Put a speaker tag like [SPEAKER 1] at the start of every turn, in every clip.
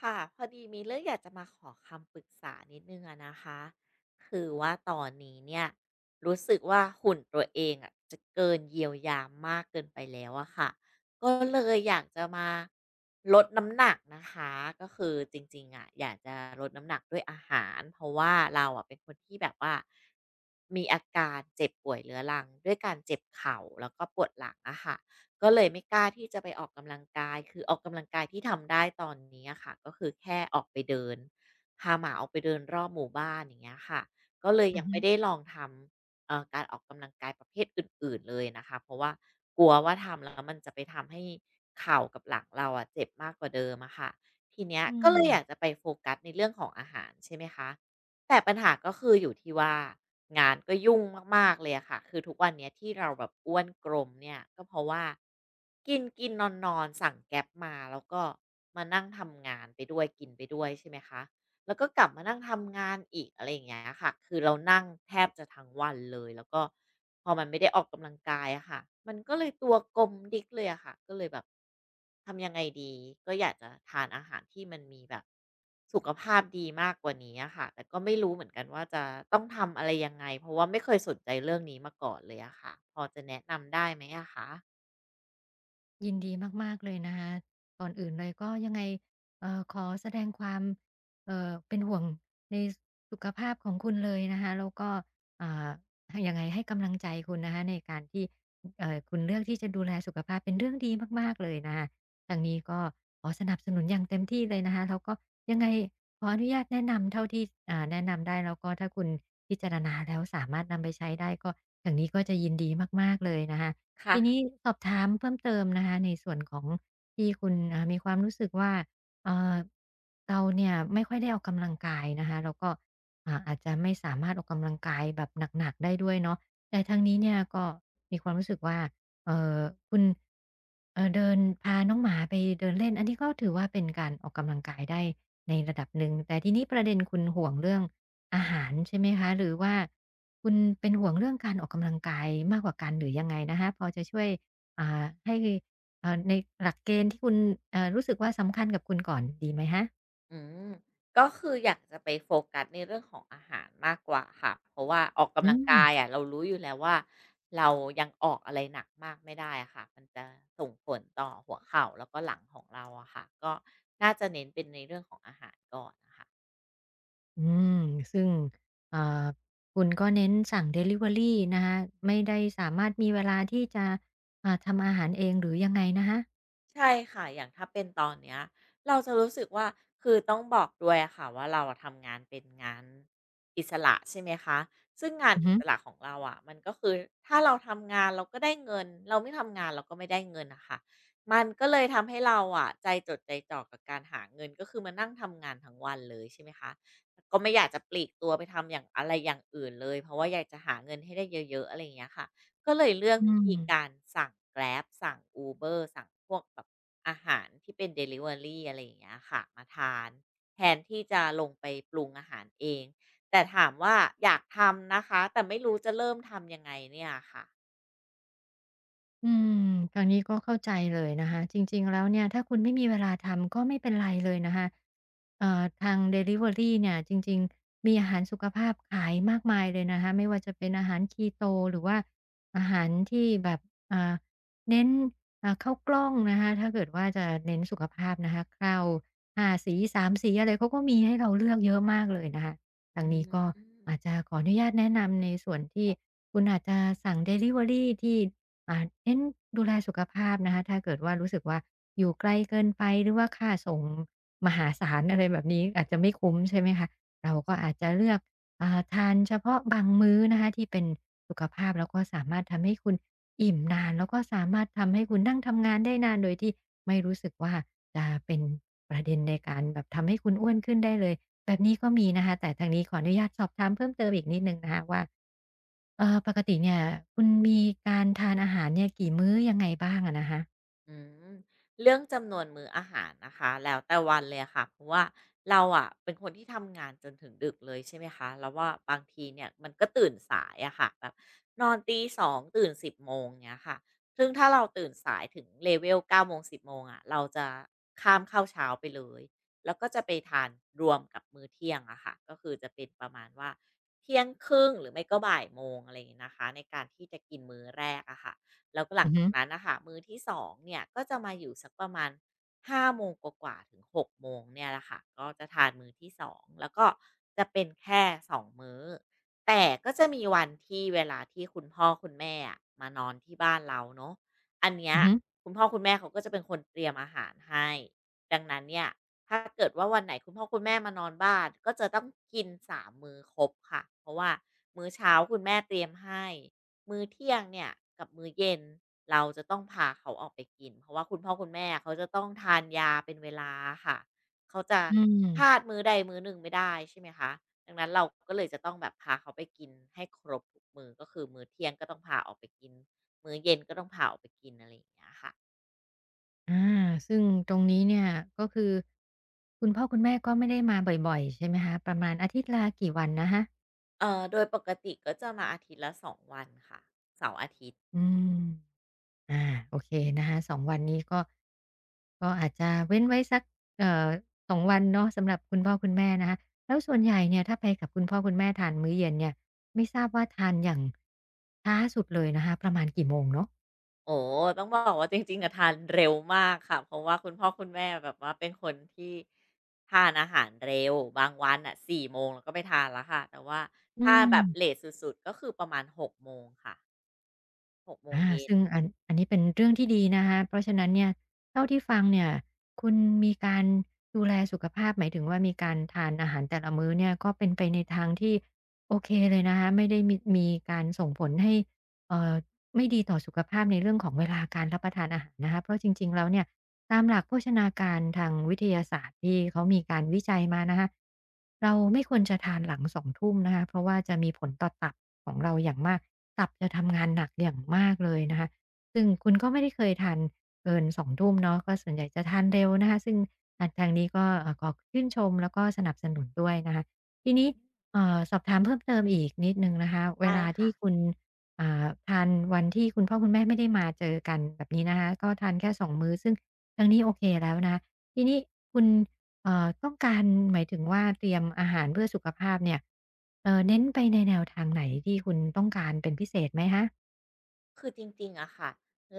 [SPEAKER 1] ค่ะพอดีมีเรื่องอยากจะมาขอคำปรึกษานิดนึงอะนะคะคือว่าตอนนี้เนี่ยรู้สึกว่าหุ่นตัวเองอะจะเกินเยียวยามากเกินไปแล้วอะค่ะก็เลยอยากจะมาลดน้ำหนักนะคะก็คือจริงๆอะอยากจะลดน้ำหนักด้วยอาหารเพราะว่าเราอะเป็นคนที่แบบว่ามีอาการเจ็บป่วยเรื้อรังด้วยการเจ็บเข่าแล้วก็ปวดหลังอะค่ะ ก็เลยไม่กล้าที่จะไปออกกำลังกาย คือออกกำลังกายที่ทำได้ตอนนี้อะค่ะ ก็คือแค่ออกไปเดินพาหมาออกไปเดินรอบหมู่บ้านอย่างเงี้ยค่ะก็เลย
[SPEAKER 2] อื
[SPEAKER 1] ยั
[SPEAKER 2] อ
[SPEAKER 1] ง
[SPEAKER 2] ฮึ
[SPEAKER 1] ไม่ได้ลองทำการออกกำลังกายประเภทอื่นๆเลยนะคะ เพราะว่ากลัวว่าทำแล้วมันจะไปทำให้เข่ากับหลังเราอะเจ็บมากกว่าเดิมอะค่ะทีเนี้ย
[SPEAKER 2] อื
[SPEAKER 1] ก็
[SPEAKER 2] ม
[SPEAKER 1] เลยอยากจะไปโฟกัสในเรื่องของอาหารใช่ไหมคะ แต่ปัญหาก็คืออยู่ที่ว่างานก็ยุ่งมากๆเลยอะค่ะคือทุกวันเนี้ยที่เราแบบอ้วนกลมเนี่ยก็เพราะว่ากินกินนอนนอนๆสั่งแก๊ปมาแล้วก็มานั่งทำงานไปด้วยกินไปด้วยใช่ไหมคะ แล้วก็กลับมานั่งทำงานอีกอะไรอย่างเงี้ยค่ะ คือเรานั่งแทบจะทั้งวันเลย แล้วก็พอมันไม่ได้ออกกำลังกายอะค่ะ มันก็เลยตัวกลมดิ๊กเลยอะค่ะก็เลยแบบทำยังไงดี ก็อยากจะทานอาหารที่มันมีแบบสุขภาพดีมากกว่านี้อะค่ะแต่ก็ไม่รู้เหมือนกันว่าจะต้องทำอะไรยังไงเพราะว่าไม่เคยสนใจเรื่องนี้มาก่อนเลยอะค่ะพอจะแนะนำได้ไหมอะคะ
[SPEAKER 2] ยินดีมากๆเลยนะคะก่อนอื่นเลยก็ยังไงขอแสดงความเป็นห่วงในสุขภาพของคุณเลยนะคะแล้วก็อ่าให้ยังไงให้กำลังใจคุณนะคะในการที่คุณเลือกที่จะดูแลสุขภาพเป็นเรื่องดีมากๆเลยนะคะทางนี้ก็ขอสนับสนุนอย่างเต็มที่เลยนะคะแล้วก็ยังไงขออนุญาตแนะนำเท่าที่แนะนำได้แล้วก็ถ้าคุณพิจารณาแล้วสามารถนำไปใช้ได้ก็ทางนี้ก็จะยินดีมากๆเลยนะคะ ทีนี้สอบถามเพิ่มเติมนะคะในส่วนของที่คุณมีความรู้สึกว่าเอ่อเราเนี่ยไม่ค่อยได้ออกกำลังกายนะคะแล้วก็อาจจะไม่สามารถออกกำลังกายแบบหนักๆได้ด้วยเนาะแต่ท้งนี้เนี่ยก็มีความรู้สึกว่าเออคุณเออเดินพาน้องหมาไปเดินเล่นอันนี้ก็ถือว่าเป็นการออกกำลังกายได้ในระดับหนึ่งแต่ทีนี้ประเด็นคุณห่วงเรื่องอาหารใช่ไหมคะหรือว่า คุณเป็นห่วงเรื่องการออกกำลังกายมากกว่ากันหรือยังไงนะคะพอจะช่วยให้ในหลักเกณฑ์ที่คุณรู้สึกว่าสำคัญกับคุณก่อนดีไหมคะ
[SPEAKER 1] อืมก็คืออยากจะไปโฟกัสในเรื่องของอาหารมากกว่าค่ะเพราะว่าออก
[SPEAKER 2] อื
[SPEAKER 1] กำลัง
[SPEAKER 2] ม
[SPEAKER 1] กายอะเรารู้อยู่แล้วว่าเรายังออกอะไรหนักมากไม่ได้อะค่ะมันจะส่งผลต่อหัวเข่าแล้วก็หลังของเราอะค่ะก็น่าจะเน้นเป็นในเรื่องของอาหารก่อนนะคะ
[SPEAKER 2] อืม ซึ่งเอ่อคุณก็เน้นสั่งดิลิเวอรีนะคะไม่ได้สามารถมีเวลาที่จะทำอาหารเองหรือยังไงนะคะ
[SPEAKER 1] ใช่ค่ะ อย่างถ้าเป็นตอนเนี้ยเราจะรู้สึกว่าคือต้องบอกด้วยอะค่ะว่าเราอะทำงานเป็นงานอิสระใช่ไหมคะซึ่งงาน
[SPEAKER 2] อือ
[SPEAKER 1] อิ
[SPEAKER 2] ฮึ
[SPEAKER 1] สระของเราอะมันก็คือถ้าเราทำงานเราก็ได้เงินเราไม่ทำงานเราก็ไม่ได้เงินน่ะค่ะมันก็เลยทำให้เราอะใจจดใจจ่อกับการหาเงินก็คือมานั่งทำงานทั้งวันเลยใช่ไหมคะก็ไม่อยากจะปลีกตัวไปทำอย่างอะไรอย่างอื่นเลยเพราะว่าอยากจะหาเงินให้ได้เยอะๆอะไรอย่างเงี้ยค่ะ ก็เลยเลือก
[SPEAKER 2] อื
[SPEAKER 1] วิธีการ
[SPEAKER 2] ม
[SPEAKER 1] สั่ง Grab สั่ง Uber สั่งพวกแบบอาหารที่เป็น Delivery อะไรอย่างเงี้ยค่ะมาทานแทนที่จะลงไปปรุงอาหารเองแต่ถามว่าอยากทำนะคะแต่ไม่รู้จะเริ่มทำยังไงเนี่ยค่ะ
[SPEAKER 2] อืมทางนี้ก็เข้าใจเลยนะคะจริงๆแล้วเนี่ยถ้าคุณไม่มีเวลาทำก็ไม่เป็นไรเลยนะคะทางดิลิเวอรีเนี่ยจริงๆมีอาหารสุขภาพขายมากมายเลยนะคะไม่ว่าจะเป็นอาหารค e โตหรือว่าอาหารที่แบบอ่าเน้นข้าวกล้องนะคะถ้าเกิดว่าจะเน้นสุขภาพนะคะข้าว5สี3สีอะไรเขาก็มีให้เราเลือกเยอะมากเลยนะคะ
[SPEAKER 1] อื
[SPEAKER 2] ทางนี้ก็อาจ
[SPEAKER 1] ม
[SPEAKER 2] จะขออนุญาตแนะนำในส่วนที่คุณอาจจะสั่งดิลิเวอรีที่ เน้นดูแลสุขภาพนะคะถ้าเกิดว่ารู้สึกว่าอยู่ไกลเกินไปหรือว่าค่าส่งมหาศาลอะไรแบบนี้อาจจะไม่คุ้มใช่ไหมคะเราก็อาจจะเลือกทานเฉพาะบางมื้อนะคะที่เป็นสุขภาพแล้วก็สามารถทำให้คุณอิ่มนานแล้วก็สามารถทำให้คุณนั่งทำงานได้นานโดยที่ไม่รู้สึกว่าจะเป็นประเด็นในการแบบทำให้คุณอ้วนขึ้นได้เลย แบบนี้ก็มีนะคะแต่ทางนี้ขออนุญาตสอบถามเพิ่มเติมอีกนิดหนึ่งนะคะว่าปกติเนี่ยคุณมีการทานอาหารเนี่ยกี่มื้อยังไงบ้างอะนะคะ
[SPEAKER 1] อืมเรื่องจำนวนมื้ออาหารนะคะแล้วแต่วันเลยอะค่ะเพราะว่าเราอ่ะเป็นคนที่ทำงานจนถึงดึกเลยใช่ไหมคะแล้วว่าบางทีเนี่ยมันก็ตื่นสายอะค่ะแบบนอนตี2ตื่น10โมงเนี้ยค่ะซึ่งถ้าเราตื่นสายถึง level 9โมงสิ0โมงอะเราจะข้ามข้าวเช้าไปเลยแล้วก็จะไปทานรวมกับมื้อเที่ยงอะค่ะก็คือจะเป็นประมาณว่าเที่ยงครึ่งหรือไม่ก็บ่ายโมงอะไรอย่างนี้นะคะในการที่จะกินมื้อแรกอะค่ะ แล้วก็หลั
[SPEAKER 2] อื
[SPEAKER 1] ง
[SPEAKER 2] อ
[SPEAKER 1] จา
[SPEAKER 2] ฮึ
[SPEAKER 1] กนั้นนะคะมื้อที่2เนี่ยก็จะมาอยู่สักประมาณ5โมงกว่าๆถึง6โมงเนี่ยแหละค่ะก็จะทานมื้อที่2แล้วก็จะเป็นแค่2มื้อแต่ก็จะมีวันที่เวลาที่คุณพ่อคุณแม่อะมานอนที่บ้านเราเนาะอันเนี้ย
[SPEAKER 2] อือฮึ
[SPEAKER 1] คุณพ่อคุณแม่เขาก็จะเป็นคนเตรียมอาหารให้ดังนั้นเนี่ยถ้าเกิดว่าวันไหนคุณพ่อคุณแม่มานอนบ้านก็จะต้องกิน3มมื้อครบค่ะเพราะว่ามื้อเช้าคุณแม่เตรียมให้ มื้อเที่ยงเนี่ยกับมื้อเย็นเราจะต้องพาเขาออกไปกินเพราะว่าคุณพ่อคุณแม่เขาจะต้องทานยาเป็นเวลาอะค่ะเขาจะ
[SPEAKER 2] อืม
[SPEAKER 1] พลาดมื้อใดมื้อหนึ่งไม่ได้ใช่ไหมคะดังนั้นเราก็เลยจะต้องแบบพาเขาไปกินให้ครบทุกมื้อก็คือมื้อเที่ยงก็ต้องพาออกไปกินมื้อเย็นก็ต้องพาออกไปกินอะไรอย่างเงี้ยค่ะ
[SPEAKER 2] อาซึ่งตรงนี้เนี่ยก็คือคุณพ่อคุณแม่ก็ไม่ได้มาบ่อยๆใช่ไหมคะประมาณอาทิตย์ละกี่วันนะคะ
[SPEAKER 1] โดยปกติก็จะมาอาทิตย์ละ2 วันค่ะเสาร์อาทิตย์
[SPEAKER 2] อืม อาโอเคนะคะ2วันนี้ก็อาจจะเว้นไว้สักเอ่อ2วันเนาะสำหรับคุณพ่อคุณแม่นะคะแล้วส่วนใหญ่เนี่ยถ้าไปกับคุณพ่อคุณแม่ทานมื้อเย็นเนี่ยไม่ทราบว่าทานอย่างช้าสุดเลยนะคะประมาณกี่โมงเนาะ
[SPEAKER 1] โอ้ต้องบอกว่าจริงๆอะทานเร็วมากค่ะเพราะว่าคุณพ่อคุณแม่แบบว่าเป็นคนที่ทานอาหารเร็วบางวันอ่ะ4โมงเราก็ไปทานแล้วค่ะแต่ว่า
[SPEAKER 2] อื
[SPEAKER 1] ถ้า
[SPEAKER 2] ม
[SPEAKER 1] แบบเลทสุดๆก็คือประมาณ6โมงค่ะ6โมง
[SPEAKER 2] อา
[SPEAKER 1] เย็น
[SPEAKER 2] ซึ่งอันนี้เป็นเรื่องที่ดีนะคะเพราะฉะนั้นเนี่ยเท่าที่ฟังเนี่ยคุณมีการดูแลสุขภาพหมายถึงว่ามีการทานอาหารแต่ละมื้อเนี่ยก็เป็นไปในทางที่โอเคเลยนะคะไม่ได้มีการส่งผลให้เอ่อไม่ดีต่อสุขภาพในเรื่องของเวลาการรับประทานอาหารนะคะเพราะจริงๆแล้วเนี่ย ตามหลักโภชนาการทางวิทยาศาสตร์ที่เขามีการวิจัยมานะคะเราไม่ควรจะทานหลัง2ทุ่มนะคะเพราะว่าจะมีผลต่อตับของเราอย่างมากตับจะทำงานหนักอย่างมากเลยนะคะซึ่งคุณก็ไม่ได้เคยทานเกิน2ทุ่มเนาะก็ส่วนใหญ่จะทานเร็วนะคะซึ่งทางนี้ก็ขอชื่นชมแล้วก็สนับสนุนด้วยนะคะทีนี้สอบถามเพิ่มเติมอีกนิดหนึ่งนะคะเว
[SPEAKER 1] ใช่
[SPEAKER 2] ลา
[SPEAKER 1] ค่ะ
[SPEAKER 2] ที่คุณทานวันที่คุณพ่อคุณแม่ไม่ได้มาเจอกันแบบนี้นะคะก็ทานแค่สองมื้อซึ่ง ทางนี้โอเคแล้วนะทีนี้คุณต้องการหมายถึงว่าเตรียมอาหารเพื่อสุขภาพเนี่ยเอ่อ
[SPEAKER 1] คือจริงๆอะค่ะ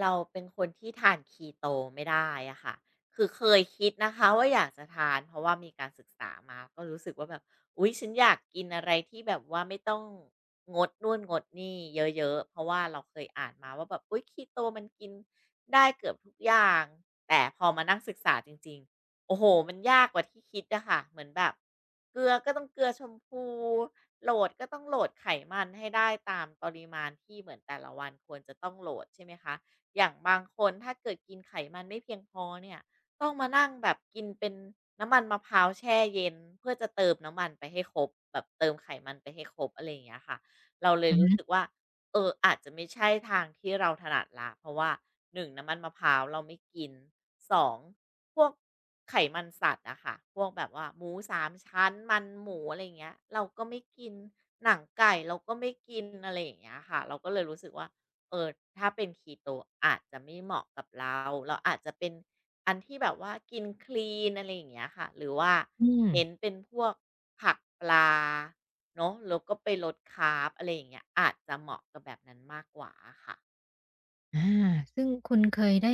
[SPEAKER 1] เราเป็นคนที่ทานคีโตไม่ได้อะค่ะคือเคยคิดนะคะว่าอยากจะทานเพราะว่ามีการศึกษามาก็รู้สึกว่าแบบอุ๊ยฉันอยากกินอะไรที่แบบว่าไม่ต้องงดนู่นงดนี่เยอะๆเพราะว่าเราเคยอ่านมาว่าแบบอุ๊ยคีโตมันกินได้เกือบทุกอย่างแต่พอมานั่งศึกษาจริงๆโอ้โหมันยากกว่าที่คิดอะค่ะเหมือนแบบเกลือก็ต้องเกลือชมพู โหลดก็ต้องโหลดไขมันให้ได้ตามปริมาณที่เหมือนแต่ละวันควรจะต้องโหลดใช่ไหมคะอย่างบางคนถ้าเกิดกินไขมันไม่เพียงพอเนี่ยต้องมานั่งแบบกินเป็นน้ำมันมะพร้าวแช่เย็นเพื่อจะเติมน้ำมันไปให้ครบแบบเติมไขมันไปให้ครบอะไรอย่างเงี้ยค่ะเราเลย
[SPEAKER 2] อือ
[SPEAKER 1] รู้
[SPEAKER 2] ฮึ
[SPEAKER 1] สึกว่า เอออาจจะไม่ใช่ทางที่เราถนัดละเพราะว่าหนึ่งน้ำมันมะพร้าวเราไม่กินสองพวกไขมันสัตว์อะค่ะพวกแบบว่าหมู3ชั้นมันหมูอะไรอย่างเงี้ยเราก็ไม่กินหนังไก่เราก็ไม่กินอะไรอย่างเงี้ยค่ะเราก็เลยรู้สึกว่าเออถ้าเป็น Keto อาจจะไม่เหมาะกับเราเราอาจจะเป็น อันที่แบบว่ากินคลีนอะไรอย่างเงี้ยค่ะหรือว่า
[SPEAKER 2] อืม
[SPEAKER 1] เน้นเป็นพวกผักปลาเนาะแล้วก็ไปลดคาร์บอะไรอย่างเงี้ยอาจจะเหมาะกับแบบนั้นมากกว่าอะค่ะ
[SPEAKER 2] อาซึ่งคุณเคยได้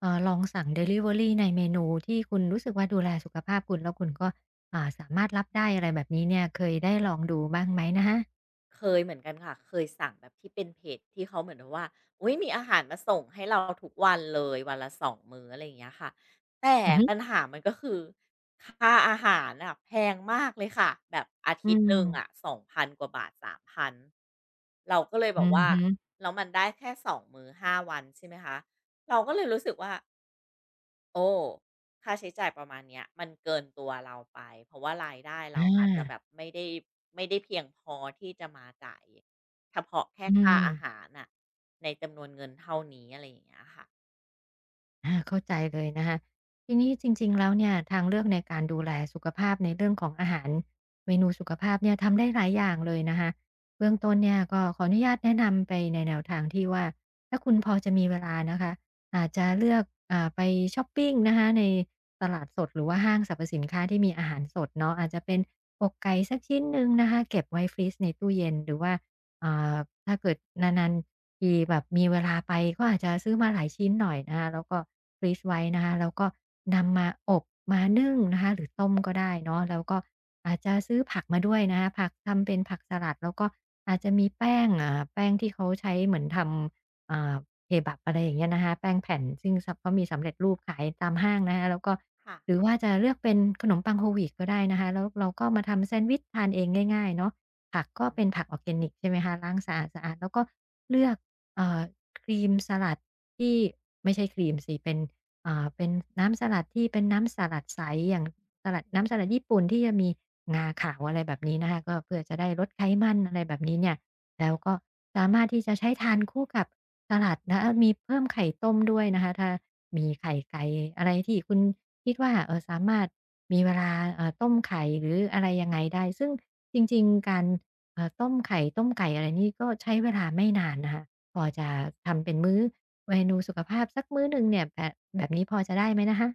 [SPEAKER 2] ลองสั่งดิลิเวอรีในเมนูที่คุณรู้สึกว่าดูแลสุขภาพคุณแล้วคุณก็สามารถรับได้อะไรแบบนี้เนี่ยเคยได้ลองดูบ้างไหมนะคะ
[SPEAKER 1] เคยเหมือนกันค่ะ เคยสั่งแบบที่เป็นเพจที่เขาเหมือนแบบว่าอุ้ยมีอาหารมาส่งให้เราทุกวันเลย วันละสองมื้ออะไรอย่างเงี้ยค่ะแต่
[SPEAKER 2] อือฮึ
[SPEAKER 1] ปัญหามันก็คือค่าอาหารอ่ะแพงมากเลยค่ะ แบบอา
[SPEAKER 2] อื
[SPEAKER 1] ทิตย์หนึ่งอะ
[SPEAKER 2] ม
[SPEAKER 1] 2,000 กว่าบาท3,000 เราก็เลยบ
[SPEAKER 2] อื
[SPEAKER 1] อก
[SPEAKER 2] อ
[SPEAKER 1] ว่า
[SPEAKER 2] ฮึ
[SPEAKER 1] แล้วมันได้แค่สองมื้อห้าวันใช่ไหมคะ เราก็เลยรู้สึกว่า โอ้ค่าใช้จ่ายประมาณเนี้ยมันเกินตัวเราไปเพราะว่ารายได้
[SPEAKER 2] อ
[SPEAKER 1] เราอาจจะแบบ
[SPEAKER 2] า
[SPEAKER 1] ไม่ได้เพียงพอที่จะมาจ่ายเฉพาะแค่
[SPEAKER 2] อื
[SPEAKER 1] ค่า
[SPEAKER 2] ม
[SPEAKER 1] อาหารน่ะในจำนวนเงินเท่านี้อะไรอย่างเงี้ยค่ะ
[SPEAKER 2] อาเข้าใจเลยนะคะทีนี้จริงๆแล้วเนี่ยทางเลือกในการดูแลสุขภาพในเรื่องของอาหารเมนูสุขภาพเนี่ยทำได้หลายอย่างเลยนะคะเบื้องต้นเนี่ยก็ขออนุญาตแนะนำไปในแนวทางที่ว่าถ้าคุณพอจะมีเวลานะคะอาจจะเลือกไปชอปปิงนะคะในตลาดสดหรือว่าห้างสรรพสินค้าที่มีอาหารสดเนาะอาจจะเป็นอกไก่สักชิ้นหนึ่งนะคะเก็บไว้ฟรีซในตู้เย็นหรือว่า อ่าถ้าเกิดนานๆทีแบบมีเวลาไปก็อาจจะซื้อมาหลายชิ้นหน่อยนะคะแล้วก็ฟรีซไว้นะคะแล้วก็นำมาอบมานึ่งนะคะหรือต้มก็ได้เนาะแล้วก็อาจจะซื้อผักมาด้วยนะคะผักทำเป็นผักสลัดแล้วก็อาจจะมีแป้งแป้งที่เขาใช้เหมือนทำเคบับอะไรอย่างเงี้ยนะคะแป้งแผ่นซึ่งเขามีสำเร็จรูปขายตามห้างนะคะแล้วก็
[SPEAKER 1] ค่ะ
[SPEAKER 2] หรือว่าจะเลือกเป็นขนมปังโฮลวีตก็ได้นะคะแล้วเราก็มาทำแซนด์วิชทานเองง่ายๆเนาะ ผักก็เป็นผักออร์แกนิกใช่ไหมคะล้างสะอาดๆแล้วก็เลือกเอ่อครีมสลัดที่ไม่ใช่ครีมสิเป็นเป็นน้ำสลัดที่เป็นน้ำสลัดใสอย่างสลัดน้ำสลัดญี่ปุ่นที่จะมีงาขาวอะไรแบบนี้นะคะก็เพื่อจะได้ลดไขมันอะไรแบบนี้เนี่ยแล้วก็สามารถที่จะใช้ทานคู่กับ สลัดนะมีเพิ่มไข่ต้มด้วยนะคะถ้ามีไข่ไก่อะไรที่คุณคิดว่าเออสามารถมีเวลาต้มไข่หรืออะไรยังไงได้ซึ่งจริงๆการต้มไข่ต้มไก่อะไรนี่ก็ใช้เวลาไม่นานนะคะพอจะทำเป็นมื้อเมนูสุขภาพสักมื้อหนึ่งเนี่ยแบบนี้พอจะได้ไหมนะคะ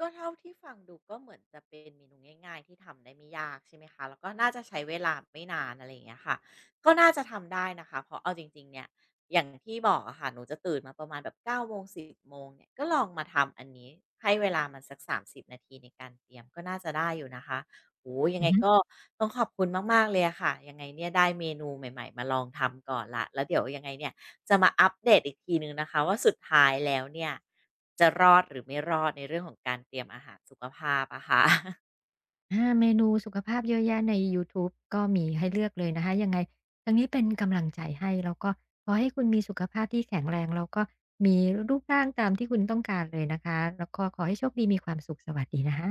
[SPEAKER 1] ก็เท่าที่ฟังดูก็เหมือนจะเป็นเมนูง่ายๆที่ทำได้ไม่ยากใช่ไหมคะ แล้วก็น่าจะใช้เวลาไม่นานอะไรอย่างเงี้ยค่ะ ก็น่าจะทำได้นะคะ เพราะเอาจริงๆเนี่ย อย่างที่บอกอะค่ะหนูจะตื่นมาประมาณแบบ9โมง10 โมงเนี่ยก็ลองมาทำอันนี้ให้เวลามันสัก30นาทีในการเตรียม ก็น่าจะได้อยู่นะคะโอ้ยัง
[SPEAKER 2] อื
[SPEAKER 1] ไง
[SPEAKER 2] อฮึ
[SPEAKER 1] ก็ต้องขอบคุณมากๆเลยอะค่ะยังไงเนี่ยได้เมนูใหม่ๆมาลองทำก่อนละแล้วเดี๋ยวยังไงเนี่ย จะมาอัปเดตอีกทีหนึ่งนะคะว่าสุดท้ายแล้วเนี่ยจะรอดหรือไม่รอดในเรื่องของการเตรียมอาหารสุขภาพอะค่ะ
[SPEAKER 2] อาเมนูสุขภาพเยอะแยะในยูทูบก็มีให้เลือกเลยนะคะยังไงทางนี้เป็นกำลังใจให้แล้วก็ขอให้คุณมีสุขภาพที่แข็งแรงแล้วก็มีรูปร่างตามที่คุณต้องการเลยนะคะแล้วก็ขอให้โชคดีมีความสุขสวัสดีนะคะ